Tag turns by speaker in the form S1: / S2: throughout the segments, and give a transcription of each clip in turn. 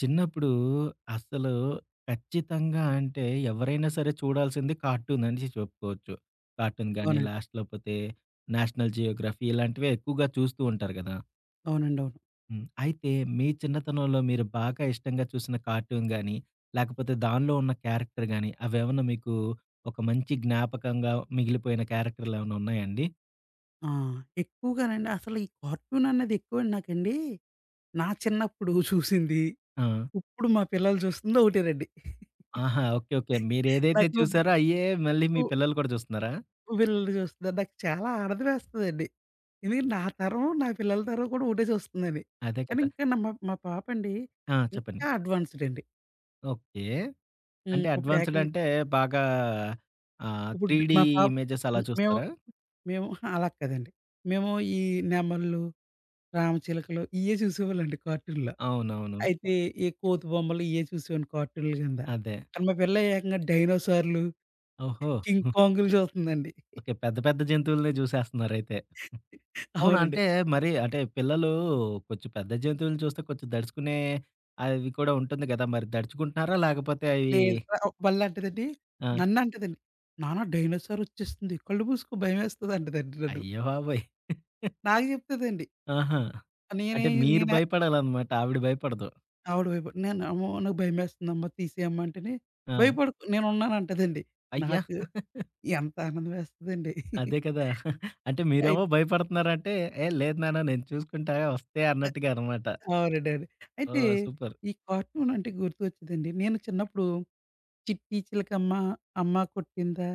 S1: చిన్నప్పుడు అసలు ఖచ్చితంగా అంటే ఎవరైనా సరే చూడాల్సింది కార్టూన్ అనేసి చెప్పుకోవచ్చు. కార్టూన్ గాని,
S2: అవునండి.
S1: లాస్ట్ లేపోతే నేషనల్ జియోగ్రఫీ ఇలాంటివే ఎక్కువగా చూస్తూ ఉంటారు గదా!
S2: అవునండి. అవును.
S1: హ్మ్. అయితే మీ చిన్నతనంలో మీరు బాగా ఇష్టంగా చూసిన కార్టూన్ గాని, లేకపోతే దానిలో ఉన్న క్యారెక్టర్ గాని అవేమన్నా మీకు ఒక మంచి జ్ఞాపకంగా మిగిలిపోయిన క్యారెక్టర్‌లేమన్నా ఉన్నాయా అండి?
S2: ఆ! ఎక్కువగానండి అసలు ఈ కార్టూన్ అన్నది ఎక్కువండి నాకండి. నా చిన్నప్పుడు చూసింది,
S1: ఆ!
S2: ఇప్పుడు మా పిల్లలు చూస్తుంది ఒకటేనండి.
S1: ఆహా! ఓకే. ఓకే. మీరేదైతే
S2: నాకు
S1: చూసారో అయ్యే మళ్ళీ మీ
S2: పు
S1: పిల్లలు కూడా చూస్తున్నారా?
S2: పిల్లలు చూస్తున్నారు. నాకు చాలా ఆనందం వేస్తదండి. ఎందుకంటే నా తరం, నా పిల్లల తరం కూడా ఒకటే చూస్తుందని.
S1: అదే
S2: కానీ
S1: కదా!
S2: ఇంకా నా మా మా పాపండి
S1: ఆ! చెప్పండి.
S2: ఇంకా అడ్వాన్స్‌డ్ అండి.
S1: ఓకే. అంటే
S2: ఇప్పుడు
S1: అడ్వాన్స్‌డ్
S2: ఏకంగా
S1: అంటే బాగా
S2: ఇప్పుడు
S1: 3D
S2: మా పాప
S1: ఇమేజెస్ అలా
S2: మేము
S1: చూస్తారా?
S2: మేము అహా! అలా కాదండి. మేము ఈ నెమళ్ళు, రామచిలకలు ఇయ్యే చూసేవాళ్ళండి కార్టూన్‌లో.
S1: అవునవును.
S2: అయితే ఈ కోతి బొమ్మలు ఇయే చూసేవాడిని కార్టూన్‌ల కింద.
S1: అదే.
S2: కానీ మా పిల్ల ఏకంగా డైనోసార్‌లు,
S1: ఓహో!
S2: కింగ్
S1: హ్మ్.
S2: కాంగ్‌లు చూస్తుందండి.
S1: ఓకే. పెద్ద పెద్ద జంతువులనే చూసేస్తున్నారయితే. అవునా?
S2: అవునండి.
S1: అంటే మరి అంటే పిల్లలు కొంచెం పెద్ద జంతువులను చూస్తే కొంచెం దడుచుకునే అవి కూడా ఉంటుంది గదా! మరి దడుచుకుంటున్నారా? లేకపోతే అవి
S2: లేదు మళ్ళంటదండి
S1: ఆ!
S2: నన్నంటదండి. "నాన్న డైనోసార్ వచ్చేస్తుంది. కళ్ళు మూసుకో భయమేస్తది" అంటదండి నన్ను.
S1: అయ్య బాబోయ్!
S2: నాకు చెప్తదండి.
S1: ఆహా!
S2: నేనే
S1: అంటే మీరు
S2: నేనే
S1: భయపడాలనమాట. ఆవిడ భయపడదు.
S2: ఆవిడ భయప నేను "అమ్మో! నాకు భయమేస్తుందమ్మా తీసేయమ్మా" అంటేనే
S1: ఆ!
S2: "భయపడకు నేనున్నాను" అంటదండి.
S1: అయ్య!
S2: నాకు ఎంత ఆనందం వేస్తదండి.
S1: అదే కదా! అంటే మీరేమో
S2: అయితే
S1: భయపడుతున్నారంటే, "ఏ లేదు నాన్న నేను చూసుకుంటా వస్తే" అన్నట్టుగా అనమాట.
S2: అవునండి. అవును. అయితే
S1: ఓహ్! సూపర్.
S2: ఈ కార్టూన్ అంటే గుర్తొచ్చేదండి. నేను చిన్నప్పుడు చిట్టి చిలకమ్మ, అమ్మ కొట్టిందా,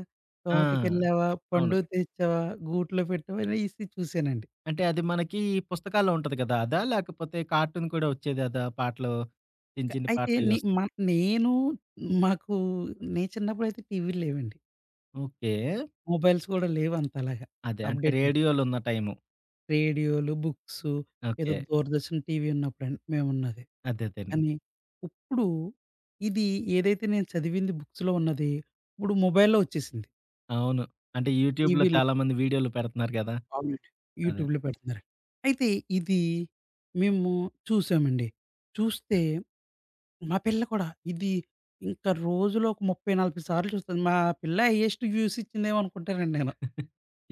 S1: ఆ!
S2: తోటకెళ్ళావా,
S1: అవును.
S2: పండు తెచ్చావా, గూట్లో పెట్టావా అనేసి చూసానండి.
S1: అంటే అది మనకి పుస్తకాల్లో ఉంటది కదా! అదా? లేకపోతే కార్టూన్ కూడా వచ్చేది అదా? పాటలు చిన్న
S2: క
S1: చిన్ని
S2: అయితే
S1: పాటలవి
S2: నే
S1: వస్తాయి.
S2: మ నేను మాకు నేను చిన్నప్పుడైతే టీవీలు లేవండి.
S1: ఓకే.
S2: మొబైల్స్ కూడా లేవు అంతలాగా.
S1: అదే. అంటే
S2: అప్‌డేట్ అయి
S1: రేడియోలో ఉన్న టైము.
S2: రేడియోలు, బుక్సు, ఏదో
S1: ఓకే.
S2: దూరదర్శన్ టీవీ ఉన్నప్పుడండి మేమున్నది.
S1: అదే
S2: కానీ
S1: అదేనండి.
S2: ఇప్పుడు ఇది ఏదైతే నేను చదివింది బుక్స్‌లో ఉన్నది, ఇప్పుడు మొబైల్‌లో వచ్చేసింది.
S1: అవును. అంటే యూట్యూబ్‌లో
S2: టీవీ
S1: చాలామంది వీడియోలు పెడుతున్నారు కదా!
S2: అవునండి.
S1: అదే.
S2: యూట్యూబ్‌లో పెడుతున్నారు. అయితే ఇది మేము చూసామండి. చూస్తే మా పిల్ల కూడా ఇది ఇంకా రోజులో ఒక 30, 40 సార్లు చూస్తది. మా పిల్ల హైయెస్ట్ వ్యూస్ ఇచ్చిందేమో అనుకుంటానండి నేను.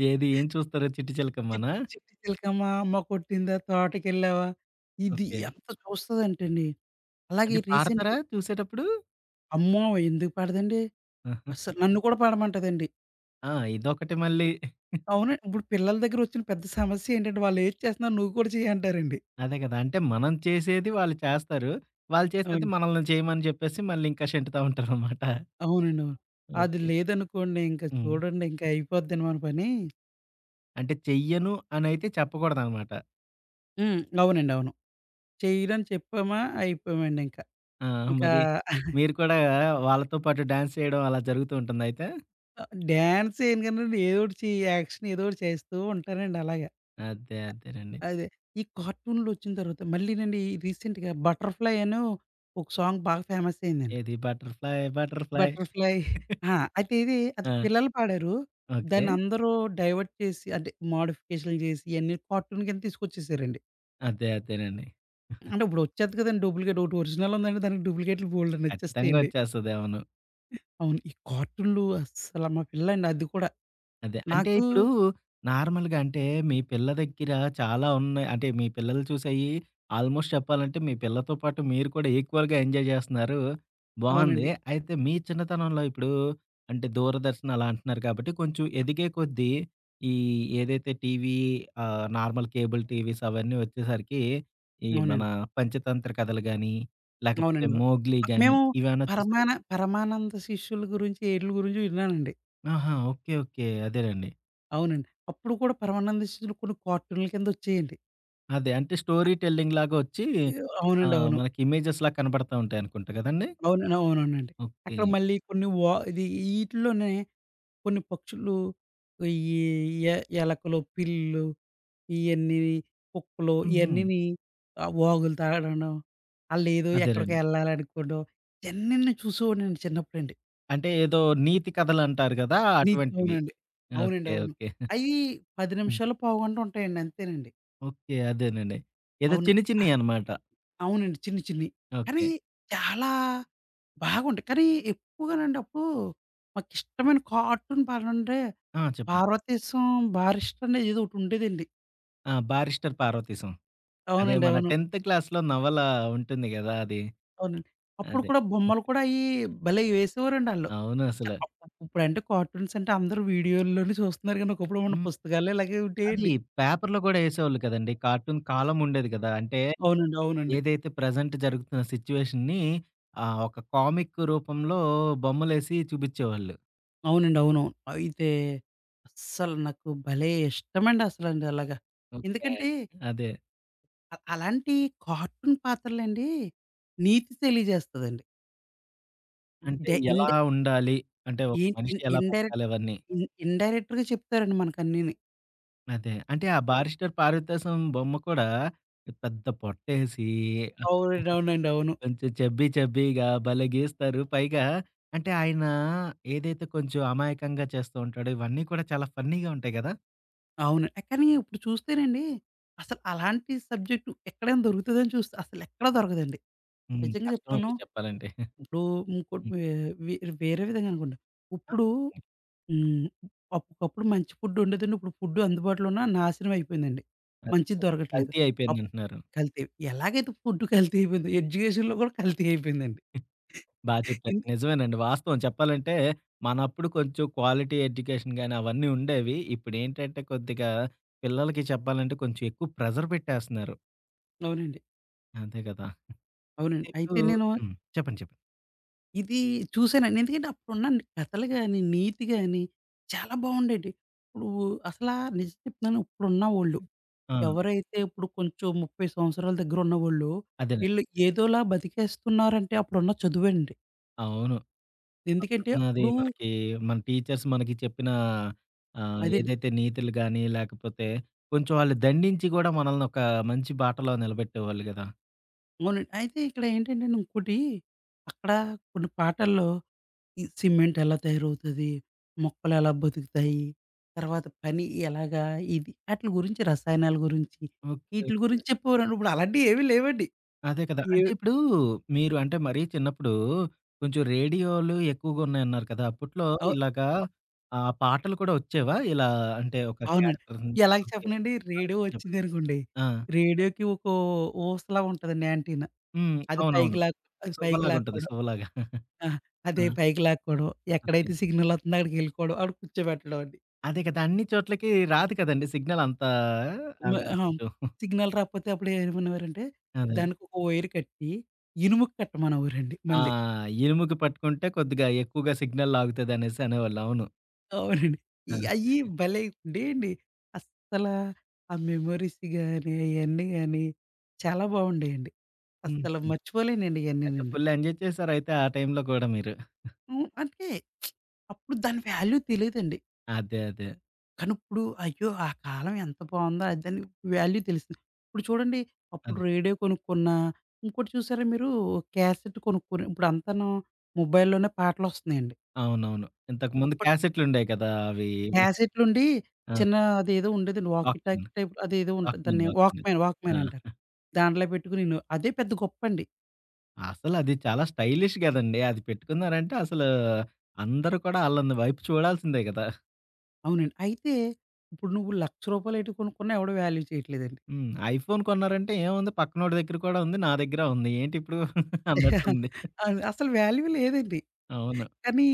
S1: ఏది ఏం చూస్తారు 'చిట్టి
S2: చిట్టి
S1: చిలకమ్మనా'?
S2: చిట్టి చిలకమ్మా అమ్మ కొట్టిందా తోటకెళ్ళావా ఇది
S1: ఓకే.
S2: ఎంత చూస్తదంటేండి. అలాగే
S1: అంటే పాడతారా
S2: రీసెంట్‌గా
S1: చూసేటప్పుడు?
S2: అమ్మో! ఎందుకు పాడదండి.
S1: ఆహా!
S2: అస్సలు నన్ను కూడా పాడమంటదండి.
S1: ఆ! ఇదొకటి మళ్ళీ.
S2: అవును. ఇప్పుడు పిల్లల దగ్గర వచ్చిన పెద్ద సమస్య ఏంటంటే వాళ్ళు ఏది చేస్తున్నారు నువ్వు కూడా చెయ్యి అంటారండి.
S1: అదే కదా! అంటే మనం చేసేది వాళ్ళు చేస్తారు. వాళ్ళు చేసేది
S2: అవును.
S1: మనల్ని చేయమని చెప్పేసి మళ్ళీ ఇంకా షెంటుతా ఉంటారనమాట.
S2: అవునండి. అవును. అది
S1: ఓకే.
S2: లేదనుకోండి ఇంక
S1: హ్మ్.
S2: చూడండి ఇంక అయిపోద్దండి మన పని.
S1: అంటే చెయ్యను అనైతే చెప్పకూడదనమాట.
S2: అవునండి. అవును. చెయ్యనని చెప్పామా అయిపోయామండి ఇంక.
S1: ఆ!
S2: ఇంకా
S1: మరి మీరు కూడా వాళ్ళతో పాటు డాన్స్ చేయడం అలా జరుగుతూ ఉంటుందా అయితే?
S2: డాన్స్ చేయను కానండి ఏదోకటి చే యాక్షన్ ఏదోకటి చేస్తూ ఉంటానండి అలాగా.
S1: అదే అదేనండి.
S2: అదే ఈ కార్టూన్‌లొచ్చిన తర్వాత మళ్ళీనండి ఈ రీసెంట్‌గా 'బటర్‌ఫ్లై' అనో ఒక సాంగ్ బాగా ఫేమస్ అయిందండి.
S1: ఏది బటర్‌ఫ్లై బటర్‌ఫ్లై.
S2: 'బటర్‌ఫ్లై' ఆ! అయితే
S1: ఆ!
S2: అది పిల్లలు పాడారు.
S1: ఓకే.
S2: దాన్ని అందరూ డైవర్ట్ చేసి అంటే మోడిఫికేషన్‌లు చేసి ఇయన్నీ కార్టూన్ కింద తీసుకొచ్చేసారండి.
S1: అదే అదేనండి.
S2: అంటే ఇప్పుడొచ్చేద్ది కదండీ డూప్లికేట్. ఒకటి ఒరిజినల్ ఉందంటే దానికి డూప్లికేట్లు
S1: ఖచ్చితంగా
S2: బోలెడన్నొచ్చేస్తాయండి.
S1: వచ్చేస్తది. అవును.
S2: అవును. ఈ కార్టూన్‌లు అస్సల మా పిల్లండి అది కూడా.
S1: అదే. అంటే
S2: నాకు
S1: ఇప్పుడు నార్మల్‌గా అంటే మీ పిల్ల దగ్గర చాలా ఉన్నాయి. అంటే మీ పిల్లలు చూసేయి ఆల్మోస్ట్ చెప్పాలంటే మీ పిల్లతో పాటు మీరు కూడా ఈక్వల్‌గా ఎంజాయ్ చేస్తున్నారు. బావుంది.
S2: అవునండి.
S1: అయితే మీ చిన్నతనంలో ఇప్పుడు అంటే దూరదర్శన్ అలా అంటున్నారు కాబట్టి కొంచెం ఎదిగే కొద్దీ ఈ ఏదైతే టీవీ నార్మల్ కేబుల్ టీవీస్ అవన్నీ వచ్చేసరికి ఈ మన
S2: అవునండి.
S1: పంచతంత్ర కథలు గాని, లేకపోతే
S2: అవునండి. అవును.
S1: 'మోగ్లీ' గాని
S2: మేము
S1: ఇవేమన్నా చూసారా?
S2: పరమానంద శిష్యుల గురించి ఈట్లి గురించి విన్నానండి.
S1: ఆహా! ఓకే. ఓకే. అదేనండి.
S2: అవునండి. అప్పుడు కూడా పరమానంద శిష్యులు కొన్ని కార్టూన్‌ల కిందొచ్చేయండి.
S1: అదే. అంటే స్టోరీ టెల్లింగ్ లాగా వచ్చి
S2: అవునండి. అవును.
S1: మనకి ఇమేజెస్‌లా కనపడతా ఉంటాయనుకుంటా గదండీ!
S2: అవునండి. అవునవునండి.
S1: ఓకే.
S2: అక్కడ మళ్ళీ కొన్ని వా ఇది ఈటిల్లోనే కొన్ని పక్షులు ఈ ఎ ఎలకలు, పిల్లులు ఇయన్నీ, కుక్కలు
S1: హుహు.
S2: ఇయన్నీని ఆహ్, వాగులు తాగడం, ఆళ్ళేదో ఎక్కడికో
S1: అదేలెండి.
S2: ఎళ్ళాలనుకోవడం, ఇయన్నీ చూసేవాడినండి చిన్నప్పుడండి.
S1: అంటే ఏదో నీతి కథలంటారు గదా! అటువంటివి.
S2: అవునండి. అవునండి.
S1: ఓకే.
S2: అవును.
S1: ఓకే.
S2: అయ్యి 10
S1: హ్మ్.
S2: నిమిషాలు, పావుగంట ఉంటాయండి అంతేనండి.
S1: ఓకే. అదేనండి. ఏదో చిన్న
S2: అవును.
S1: చిన్ని
S2: ఆహ్,
S1: చిన్నియనమాట.
S2: అవునండి. చిన్ని చిన్ని. కానీ
S1: ఓకే.
S2: చాలా బాగుంటాయి. కానీ ఎక్కువగానండి అప్పుడు మాకిష్టమైన కార్టూన్ పాటలంటే
S1: ఆ! చెప్పండి.
S2: 'భారతదేశం 'భారిష్ట' అనేది ఏదో ఒకటుండేదండి.
S1: ఆ! 'బారిస్టర్ పార్వతీశం.' అదే
S2: అవునండి.
S1: మన
S2: అవును.
S1: 10th క్లాస్‌లో నవల ఉంటుంది గదా! అది.
S2: అవునండి. అప్పుడు
S1: అదే.
S2: కూడా బొమ్మలు కూడా అయి భలే వేసేవారండి ఆళ్ళు.
S1: అవును అసల.
S2: అప్ ఇప్పుడంటే కార్టూన్స్ అంటే అందరూ వీడియోల్లోనే చూస్తున్నారు గానీ, ఒకప్పుడు మన
S1: హ్మ్.
S2: పుస్తకాల్లో ఇలాగే
S1: అది
S2: ఉంటాయండి.
S1: పేపర్‌లో గూడా యేసేవాళ్ళు కదండీ! కార్టూన్ కాలముండేది గదా! అంటే
S2: అవునండి. అవునండి.
S1: ఏదైతే ప్రెజెంట్ జరుగుతున్న సిచ్యువేషన్‌ని ఒక కామిక్ రూపంలో బొమ్మలేసి చూపిచ్చేవాళ్ళు.
S2: అవునండి. అవునవును. అయితే అస్సలు నాకు భలే ఇష్టమండి అసలండి అలాగా.
S1: ఓకే.
S2: ఎందుకంటే
S1: అదే.
S2: అలాంటి కార్టూన్ పాత్రలండి నీతి తెలియజేస్తదండి.
S1: అంటే
S2: డె
S1: ఎలా
S2: ఇండ్
S1: ఉండాలి? అంటే ఒక
S2: ఏంటి
S1: మనిషి
S2: ఇన్
S1: ఎలా
S2: ఇండైరెక్ట్
S1: బతకాలి? అవన్నీ.
S2: ఇన్ ఇండైరెక్ట్‌గా చెప్తారండి మనకన్నీని.
S1: అదే. అంటే ఆ బారిస్టర్ పార్వతీశం బొమ్మ కూడా పెద్ద పొట్టేసి
S2: అవునండి. అవునండి. అవును.
S1: కొంచెం చెబ్బీ చెబ్బీగా భలే గీస్తారు. పైగా అంటే ఆయన ఏదైతే కొంచెం అమాయకంగా చేస్తూ ఉంటాడో ఇవన్నీ కూడా చాలా ఫన్నీగా ఉంటాయి గదా!
S2: అవును. కానీ ఇప్పుడు చూస్తేనండి, అసలు అలాంటి సబ్జెక్టు ఎక్కడైనా దొరుకుతదని చూస్తే అసలెక్కడ దొరకదండి.
S1: హ్మ్.
S2: నిజంగా చెప్తున్నాను.
S1: కష్టమండి చెప్పాలంటే.
S2: ఇప్పుడు ఇంకోటి
S1: హ్మ్.
S2: వే వే వేరే విధంగా అనుకోండి.
S1: ఆ!
S2: ఇప్పుడు
S1: చెప్పండి.
S2: హ్మ్. ఒకప్పుడు మంచి ఫుడ్ ఉండేదండి. ఇప్పుడు ఫుడ్ అందుబాటులో ఉన్న నాశనం అయిపోయిందండి.
S1: అదే
S2: మంచిది
S1: కొంచెం
S2: దొరకట్లేదు.
S1: కల్తీ
S2: అప్
S1: అయిపోయిందంటున్నారు.
S2: కల్తీ. ఎలాగైతే ఫుడ్ కల్తీ అయిపోయిందో ఎడ్యుకేషన్‌లో కూడా కల్తీ అయిపోయిందండి.
S1: బా చెప్పారు.
S2: ఎందు
S1: నిజమేనండి. వాస్తవం చెప్పాలంటే, మనప్పుడు కొంచెం క్వాలిటీ ఎడ్యుకేషన్ గాని అవన్నీ ఉండేవి. ఇప్పుడేంటంటే కొద్దిగా పిల్లలకి చెప్పాలంటే కొంచెం ఎక్కువ ప్రెషర్ పెట్టేస్తున్నారు.
S2: అవునండి.
S1: అంతే కదా!
S2: అవునండి.
S1: ఇప్పుడు
S2: అయితే నేను
S1: హ్మ్. చెప్పండి. చెప్పండి.
S2: ఇది చూసానండి. ఎందుకంటే అప్పుడున్న కథలు గాని, నీతి గాని చాలా బాగుండేటివి. ఇప్పుడు అసలా నిజం చెప్తున్నాను ఇప్పుడున్నవోళ్ళు
S1: ఆ!
S2: ఎవరైతే ఇప్పుడు కొంచెం 30 సంవత్సరాల దగ్గర ఉన్నవోళ్ళు,
S1: అదేనండి.
S2: ఈళ్ళు ఏదోలా బతికేస్తున్నారంటే అప్పుడున్న చదువేనండి.
S1: అవును.
S2: ఎందుకంటే
S1: అప్పుడున్నది
S2: అప్పుడు
S1: మనకి మన టీచర్స్ మనకి చెప్పిన
S2: అదే
S1: ఏదైతే నీతులు గాని, లేకపోతే కొంచెం వాళ్ళు దండించి గూడా మనల్ని ఒక మంచి బాటలో నిలబెట్టేవాళ్ళు గదా!
S2: అవునండి. అయితే ఇక్కడ ఏంటంటే ఇంకోటి అక్కడ కొన్ని పాటల్లో ఈ సిమెంట్ ఎలా తయారవుతది? మొక్కలు ఎలా బతుకుతాయి? తర్వాత పని ఎలాగా? ఇది ఆటిల గురించి రసాయనాల గురించి,
S1: ఓకే.
S2: ఈటిల
S1: ఓకే.
S2: గురించి చెప్పేవారండి. ఇప్పుడు అలాంటివి ఏవి లేవండి.
S1: అదే కదా!
S2: ఏ
S1: అంటే ఇప్పుడు మీరు అంటే మరీ చిన్నప్పుడు కొంచెం రేడియోలు ఎక్కువగా ఉన్నాయన్నారు కదా! అప్పట్లో
S2: అవ్
S1: ఇలాగా పాటలు కూడా వచ్చేవా? ఇలా అంటే ఒక
S2: అవునండి.
S1: క్యారెక్టర్‌ని
S2: ఎలాగ
S1: ఓకే.
S2: చెప్పనండి
S1: ఆ!
S2: రేడియో
S1: చెప్పండి. చెప్పండి.
S2: వచ్చిందనుకోండి.
S1: ఆ!
S2: రేడియోకి ఒక ఊసలాగా ఉంటదండి యాంటీనా.
S1: హ్మ్.
S2: అది
S1: అవునవును.
S2: పైకి లాక్ అది పైకి
S1: సువ్వలాగా ఉంటది.
S2: లాక్కోవడం.
S1: సువ్వలాగా.
S2: ఆ!
S1: ఆ!
S2: అదే పైకి లాక్కోవడం.
S1: ఓకే.
S2: ఎక్కడైతే సిగ్నల్ వత్తుందో అక్కడికెళ్ళిపోవడం. ఆడ కూర్చోబెట్టడం.
S1: అదే కదా! అన్ని చోట్లకి రాదు కదండీ సిగ్నల్ అంత అదే
S2: ఆ!
S1: కొంచెం
S2: సిగ్నల్ రాకపోతే అప్పుడు ఏమనేవారంటే,
S1: అదే.
S2: దానికి ఒక వైర్ కట్టి, ఇనుముకి కట్టమనేవారండి
S1: ఆ!
S2: మళ్ళీ.
S1: ఇనుముకి పట్టుకుంటే కొద్దిగా ఎక్కువగా సిగ్నల్ లాగుతదనేసి అనేవాళ్ళు. అవును.
S2: అవునండి. ఈ
S1: ఆ!
S2: అయ్యి భలే ఉండేయండి. అస్సల ఆ మెమోరీస్ గాని, అయన్నీ గాని చాలా బాగుండేయండి. అస్సలు
S1: హుహు.
S2: మర్చిపోలేనండి
S1: అయితే
S2: ఇయన్నీనండి.
S1: ఫుల్ ఎంజాయ్ చేసారైతే ఆ టైంలో కూడా మీరు.
S2: అంటే అప్పుడు దాని వాల్యూ తెలీదండి.
S1: అదే. అదే.
S2: కానీ ఇప్పుడు అయ్యో! ఆ కాలం ఎంత బావుందో అదని వాల్యూ తెలుస్తుంది. ఇప్పుడు చూడండి అప్పుడు
S1: అది.
S2: రేడియో కొనుక్కున్నా, ఇంకోటి చూసారా మీరు క్యాసెట్ కొనుక్కొని ఇప్పుడు అంతాను మొబైల్‌లోనే పాటలొస్తున్నాయండి.
S1: అవునవును. ఇంతకుముందు
S2: అప్పుడు
S1: క్యాసెట్లుండేయి కదా! అవి
S2: క్యాసెట్లుండి
S1: ఆ!
S2: చిన్న అదేదో ఉండేదండి వాకీ
S1: వాక్‌మెన్.
S2: టాకీ టైప్ అదేదో ఉంటది.
S1: వాక్‌మెన్,
S2: దాన్ని
S1: వాక్‌మెన్. ఆ!
S2: వాక్‌మ్యాన్ అంటారు. దాంట్లో పెట్టుకొని విను అదే పెద్ద గొప్పండి.
S1: అసలది చాలా స్టైలిష్ గదండీ! అది పెట్టుకున్నారంటే అసలు అందరూ కూడా ఆళ్ళని వైపు చూడాల్సిందే గదా!
S2: అవునండి. అయితే ఇప్పుడు నువ్వు రూ. 1,00,000 ఎటివి కొనుక్కున్నా ఎవడు వాల్యూ చేయట్లేదండి.
S1: హ్మ్. ఐఫోన్ కొన్నారంటే ఏముంది పక్కనోడి దగ్గర కూడా ఉంది. నా దగ్గర ఉంది. ఏంటిప్పుడు అన్నట్టుంది.
S2: అది అసలు వాల్యూ లేదండి.
S1: అవును.
S2: కానీ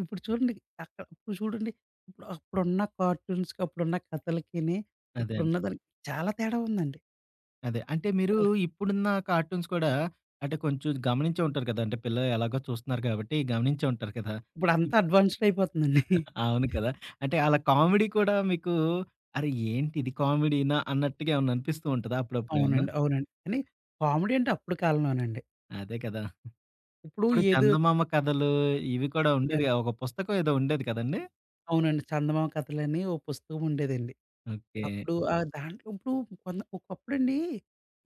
S2: ఇప్పుడు చూడండి ఇప్పుడు చూడండి ఇప్పుడు అప్పుడున్న కార్టూన్స్‌కి, అప్పుడున్న కథలకిని,
S1: అదే అండి.
S2: ఇప్పుడున్న దానికి చాలా తేడా ఉందండి.
S1: అదే. అంటే మీరు
S2: అసల
S1: ఇప్పుడున్న కార్టూన్స్ కూడా అంటే కొంచెం గమనించే ఉంటారు కదా! అంటే పిల్లలు ఎలాగో చూస్తున్నారు కాబట్టి గమనించే ఉంటారు కదా!
S2: ఇప్పుడంతా అడ్వాన్స్‌డ్ అయిపోతుందండి.
S1: అవును కదా! అంటే అలా కామెడీ కూడా మీకు అరే! ఏంటి ఇది కామెడీనా? అన్నట్టుగా ఏమన్నా అనిపిస్తూ ఉంటదా అప్పుడప్పుడు ఏమన్నా?
S2: అవునండి. అవునండి. కానీ కామెడీ అంటే అప్పుడు కాలంలోనండి.
S1: అదే కదా!
S2: ఇప్పుడు
S1: అప్పుడు
S2: ఏదో
S1: చందమామ కథలు ఇవి కూడా
S2: ఎ
S1: ఉండేది కదా, ఒక పుస్తకం ఏదో ఉండేది కదండీ!
S2: అవునండి. చందమామ కథలని ఓ పుస్తకం ఉండేదండి.
S1: ఓకే.
S2: అప్పుడు ఆ దాంట్లో ఇప్పుడు కొంత ఒకప్పుడండి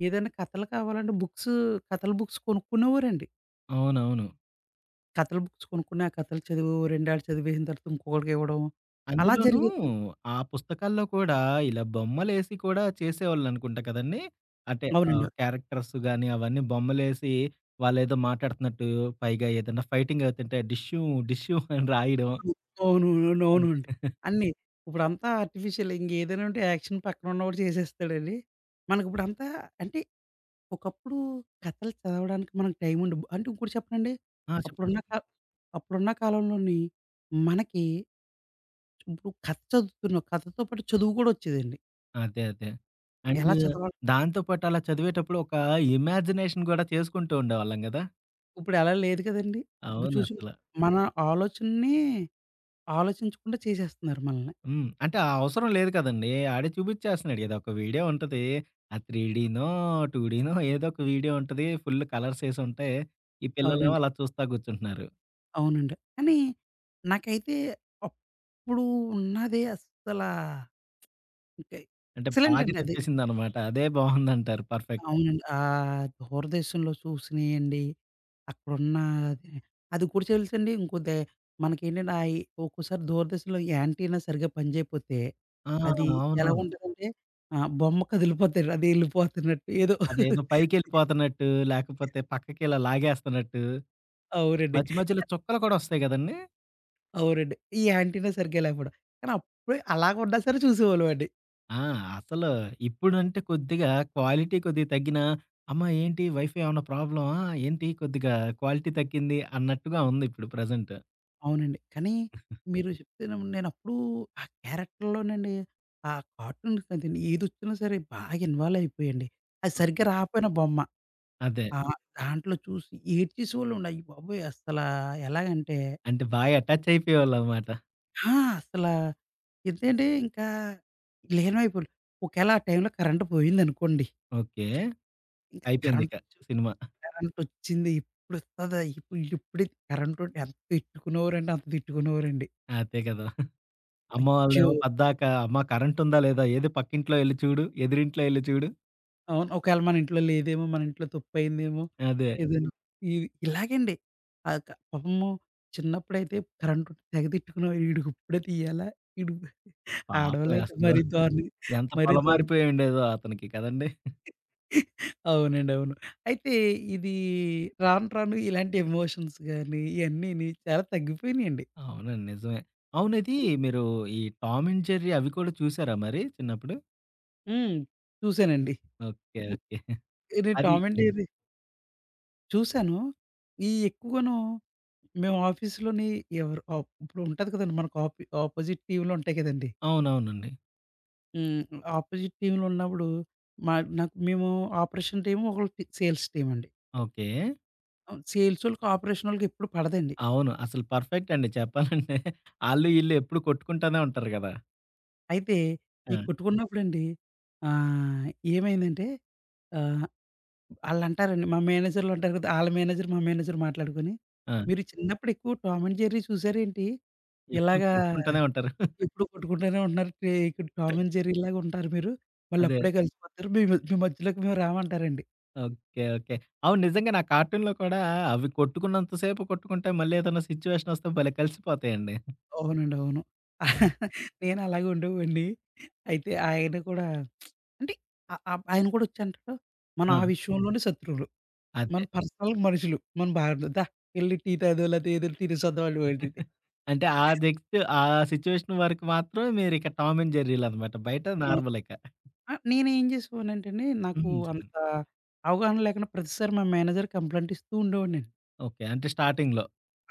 S2: ఏదైనా కథలు కావాలంటే కథల బుక్స్ కొనుక్కునేవారండి.
S1: అవునవును.
S2: కథల బుక్స్ కొనుక్కుని, ఆ కథలు చదువు రెండేళ్ళు చదివేసిన తర్వాత ఇంకొకళ్ళకివ్వడం, అలా
S1: అందులోనూ
S2: జరిగేదండి.
S1: ఆ పుస్తకాల్లో కూడా ఇలా బొమ్మలేసి కూడా చేసేవాళ్ళనుకుంటా కదండీ! అంటే
S2: అవునండి.
S1: క్యారెక్టర్స్ గాని అవన్నీ బొమ్మలేసి వాళ్ళేదో మాట్లాడుతున్నట్టు పైగా ఏదన్నా ఫైటింగ్ అవుతుంటే డిష్యూ డిష్యూ అని రాయడం.
S2: అవును. అవునవును.
S1: అదే.
S2: అవునండి. అన్నీ. ఇప్పుడంతా ఆర్టిఫిషియల్. ఇంకేదైనా ఉంటే యాక్షన్ పక్కనున్నవాడు చేసేస్తాడండి. మనకిప్పుడంతా అంటే, ఒకప్పుడు కథలు చదవడానికి మనకు టైముండవు. అంటే ఇంకోటి చెప్పనండి,
S1: ఆ! చెప్పండి.
S2: అప్పుడున్న
S1: చెప్పండి.
S2: కా అప్పుడున్న కాలంలోని మనకి ఇప్పుడు కథ చదువుతున్నాం. కథతో పాటు చదువు కూడా వచ్చేదండి.
S1: అదే. అదే. అండ్
S2: ఎలా చదవాలి?
S1: దాంతో పాటు అలా చదివేటప్పుడు ఒక ఇమాజినేషన్ గూడా చేసుకుంటూ ఉండేవాళ్ళం గదా!
S2: ఇప్పుడలా లేదు కదండీ! ఇప్పుడు చూసి
S1: అవునసల.
S2: మన ఆలోచనని ఆలోచించకుండా చేసేస్తున్నారు మనల్ని.
S1: హ్మ్. అంటే ఆ అవసరం లేదు కదండీ. ఆడే చూపిచ్చేస్తున్నాడు గదా! ఒక వీడియో ఉంటది. అది 3డీనో, 2డీనో ఏదో ఒక వీడియో ఉంటది. ఫుల్ కలర్సేసి ఉంటాయి. ఈ పిల్లలేమో
S2: అవునండి.
S1: అలా చూస్తా కూర్చుంటున్నారు.
S2: అవునండి. కానీ నాకైతే అప్పుడు ఉన్నదే అస్సలా ఇంక
S1: అంటే
S2: ఎక్సలెంట్
S1: బాగా
S2: అండి అది.
S1: నచ్చేసిందనమాట. అదే బావుందంటారు. పర్ఫెక్ట్.
S2: అవునండి. ఆహ్, దూరదేశంలో చూసినియండి, అక్కడున్న అది అది కూడా తెలుసండి ఇంకోటి మనకేంటంటే ఒక్కోసారి దూరదర్శన్‌లో యాంటీనా సరిగ్గా పనిచేయకపోతే,
S1: ఆ!
S2: అది
S1: అవునవును.
S2: ఎలాగుంటదంటే ఆహ్, బొమ్మ కదిలిపోద్దండి. అది ఎళ్ళిపోతున్నట్టు ఏదో
S1: అదేదో పైకెళ్ళిపోతున్నట్టు, లేకపోతే పక్కకిలా లాగేస్తున్నట్టు,
S2: అవునండి.
S1: మధ్య మధ్యలో చుక్కలు కూడా వస్తాయి గదండీ!
S2: అవునండి. ఈ యాంటీనా సరిగ్గా లేకపోవడం. కానీ అప్పుడే అలాగ ఉన్నా సరే చూసేవాళ్ళమండి.
S1: ఆ! అసలు ఇప్పుడంటే కొద్దిగా క్వాలిటీ కొద్దిగా తగ్గినా, అమ్మ ఏంటి వైఫై ఏమన్నా ప్రాబ్లమా? ఏంటి కొద్దిగా క్వాలిటీ తగ్గింది అన్నట్టుగా ఉంది ఇప్పుడు ప్రెజెంట్.
S2: అవునండి. కానీ మీరు చెప్తేను నేనప్పుడు ఆ క్యారెక్టర్‌లోనండి, ఆ కార్టూన్స్ కాదండి ఏదొచ్చినా సరే బాగా ఇన్వాల్వ్ అయిపోయండి. అది
S1: ఓకే.
S2: సరిగ్గా రాకపోయినా బొమ్మ
S1: అదే.
S2: ఆహ్, దాంట్లో చూసి ఏడ్చేసేవాళ్ళమండి. అయ్య బాబోయ్! అసలా ఎలాగంటే
S1: అంటే బాగా అటాచ్ అయిపోయేవాళ్ళనమాట.
S2: ఆ! అసలా ఏంటంటే ఇంకా లీనమైపోయాం. ఒకేళ ఆ టైంలో కరెంట్ పోయిందనుకోండి,
S1: ఓకే.
S2: ఇంక
S1: అయిపోయిందిక
S2: కరెంట్
S1: సినిమా.
S2: కరెంటొచ్చింది. ఇప్పుడొస్తదా? ఇప్పుడే కరెంటుంటే ఎంత తిట్టుకునేవారంటే అంత తిట్టుకునేవారండి.
S1: అదే కదా! అమ్మ
S2: అచ్చో!
S1: వాళ్ళేమో పద్దాక అమ్మ కరెంటుందా లేదా? ఏది పక్కింట్లో ఎళ్లి చూడు, ఎదురింట్లో ఎళ్లి చూడు.
S2: అవును. ఒకవేళ మన ఇంట్లో లేదేమో, మన ఇంట్లో తప్పయిందేమో,
S1: అదే.
S2: ఏదైనా ఇలాగండి. ఆహ్, క పాపము చిన్నప్పుడైతే కరెంటుంటే తెగ తిట్టుకునేవారు. ఈడికిప్పుడే తీయాలా? ఈడు
S1: పాపం
S2: ఆడవాళ్ళైతే
S1: అసలు ఎంత
S2: మరీ దారుణం.
S1: పొలమారిపోయి ఉండేదో అతనికి కదండీ!
S2: అవునండి. అవును. అయితే ఇది రాను రాను ఇలాంటి ఎమోషన్స్ గాని, ఇయన్నీని చాలా తగ్గిపోయినియండి.
S1: అవునండి. నిజమే. అవును ఇది మీరు ఈ టామ్ అండ్ జెర్రీ అవి కూడా చూసారా మరి చిన్నప్పుడు?
S2: హ్మ్. చూసానండి.
S1: ఓకే. ఓకే.
S2: ఇది
S1: అది
S2: 'టామ్ అండ్
S1: హ్మ్.
S2: జెర్రీ' చూసాను. ఈ ఎక్కువను మేము ఆఫీస్‌లోని ఇప్పుడు ఉంటది కదండీ! మనకు ఆపోజిట్ టీమ్‌లు ఉంటాయి కదండీ!
S1: అవునవునండి.
S2: హ్మ్. ఆపోజిట్ టీమ్‌లో ఉన్నప్పుడు మా నాకు మేము ఆపరేషన్ టీము, ఒకళ్ళు టి సేల్స్ టీమ్ అండి.
S1: ఓకే.
S2: ఆహ్, సేల్సోళ్ళకి, ఆపరేషనోళ్ళకి ఎప్పుడు పడదండి.
S1: అవును. అసలు పర్ఫెక్ట్ అండి చెప్పాలంటే. ఆళ్ళు ఈళ్ళు ఎప్పుడు కొట్టుకుంటానే ఉంటారు గదా!
S2: అయితే
S1: ఆ!
S2: ఈ కొట్టుకున్నప్పుడండి ఆహ్, ఏమైందంటే ఆహ్, ఆళ్ళంటారండి మా మేనేజర్‌లు ఉంటారు కదా! ఆళ్ళ మేనేజర్, మా మేనేజర్ మాట్లాడుకొని,
S1: ఆ!
S2: "మీరు చిన్నప్పుడు ఎక్కువ 'టామ్ అండ్ జెర్రీ' చూసారేంటి?
S1: ఎప్పుడు
S2: ఇలాగా"
S1: కొట్టుకుంటానే ఉంటారు.
S2: ఎప్పుడు కొట్టుకుంటూనే ఉంటున్నారు. ఇక్కడ 'టామ్ అండ్ జెర్రీ'లాగా ఉంటారు మీరు.
S1: అదే.
S2: వాళ్ళప్పుడే కలిసిపోతారు. మీ మధ్యలోకి మేము రామంటారండి.
S1: ఓకే. ఓకే. అవును. నిజంగానే ఆ కార్టూన్‌లో కూడా అవి కొట్టుకున్నంత సేపు కొట్టుకుంటాయి. మళ్ళీ ఏదైనా సిట్యుయేషన్ వస్తే భలే కలిసిపోతాయండి.
S2: అవునండి. అవును.
S1: హ్మ్.
S2: నేను అలాగే ఉండేవాడిని. అయితే ఆయన కూడా అంటే ఆ ఆప్ ఆయన కూడా వచ్చి అంటాడు, "మనం ఆ
S1: ఆ!
S2: విషయంలోనే శత్రువులు. మన
S1: అదే.
S2: పర్సనల్‌గా మనుషులు. మనం బాగుండదు. ఎళ్లి టీ తాగుదాం లేతే ఏదోటి తినేసొద్దాం" అనేవాడు.
S1: అంటే ఆ నెక్స్ట్ ఆ సిట్యుయేషన్ వరకు మాత్రం మీరిక టామ్ అండ్ జెర్రీ‌లనమాట. బయట
S2: అవును.
S1: నార్మల్ ఇక.
S2: ఆ! నేనేం చేసేవాడినంటేండి నాకు
S1: హ్మ్. చెప్పండి.
S2: అంత అవగాహన లేకుండా ప్రతిసారి మా మేనేజర్ కంప్లెయింట్ ఇస్తూ ఉండేవాడినండి.
S1: ఓకే. అంటే స్టార్టింగ్‌లో.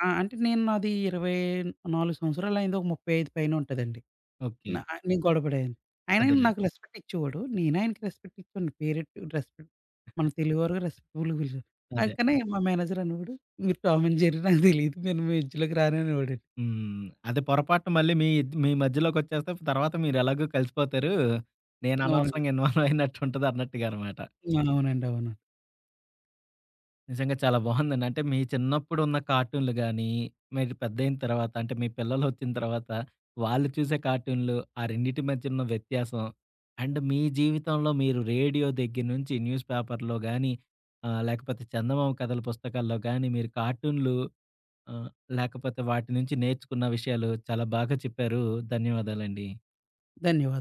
S2: ఆ! అంటే నేను నాది 24 సంవత్సరాలయింది. ఒక 35 పైన ఉంటదండి.
S1: ఓకే.
S2: నా నేను గొడవ పడేదాన్ని. ఆయన
S1: అదేలెండి.
S2: నాకు రెస్పెక్ట్ ఇచ్చేవాడు. నేను ఆయనకి రెస్పెక్ట్ ఇచ్చేవాడిని. పేరెంట్ రెస్పెక్ట్ మన తెలుగువారు రెస్పెక్ట్‌ఫుల్‌గా పిలిచేవారు. అది
S1: అదే.
S2: కానీ మా మేనేజర్ అనేవాడు, "మీరు టామ్ అండ్ జెర్రీ నాకు తెలీదు. నేను మీ మధ్యలోకి రాను" అనేవాడండి.
S1: హ్మ్. అదే పొరపాటున మళ్ళీ మీ మీ మధ్యలోకొచ్చేస్తే తర్వాత మీరెలాగో కలిసిపోతారు. నేను
S2: అవునండి.
S1: అనవసరంగా ఇన్వాల్వ్ అయినట్టుంటది అన్నట్టుగా అనమాట.
S2: అవునండి. అవును.
S1: నిజంగా చాలా బావుందండి. అంటే మీ చిన్నప్పుడున్న కార్టూన్‌లు గానీ, మీరు పెద్దయిన తర్వాత అంటే మీ పిల్లలొచ్చిన తర్వాత వాళ్ళు చూసే కార్టూన్‌లు, ఆ రెండిటి మధ్యనున్న వ్యత్యాసం అండ్ మీ జీవితంలో మీరు రేడియో దగ్గర నుంచి న్యూస్ పేపర్‌లో గానీ లేకపోతే చందమామ కథల పుస్తకాల్లో గానీ మీరు కార్టూన్‌లు ఆ! లేకపోతే వాటి నుంచి నేర్చుకున్న విషయాలు చాలా బాగా చెప్పారు. ధన్యవాదాలండి.
S2: ధన్యవాదాలు.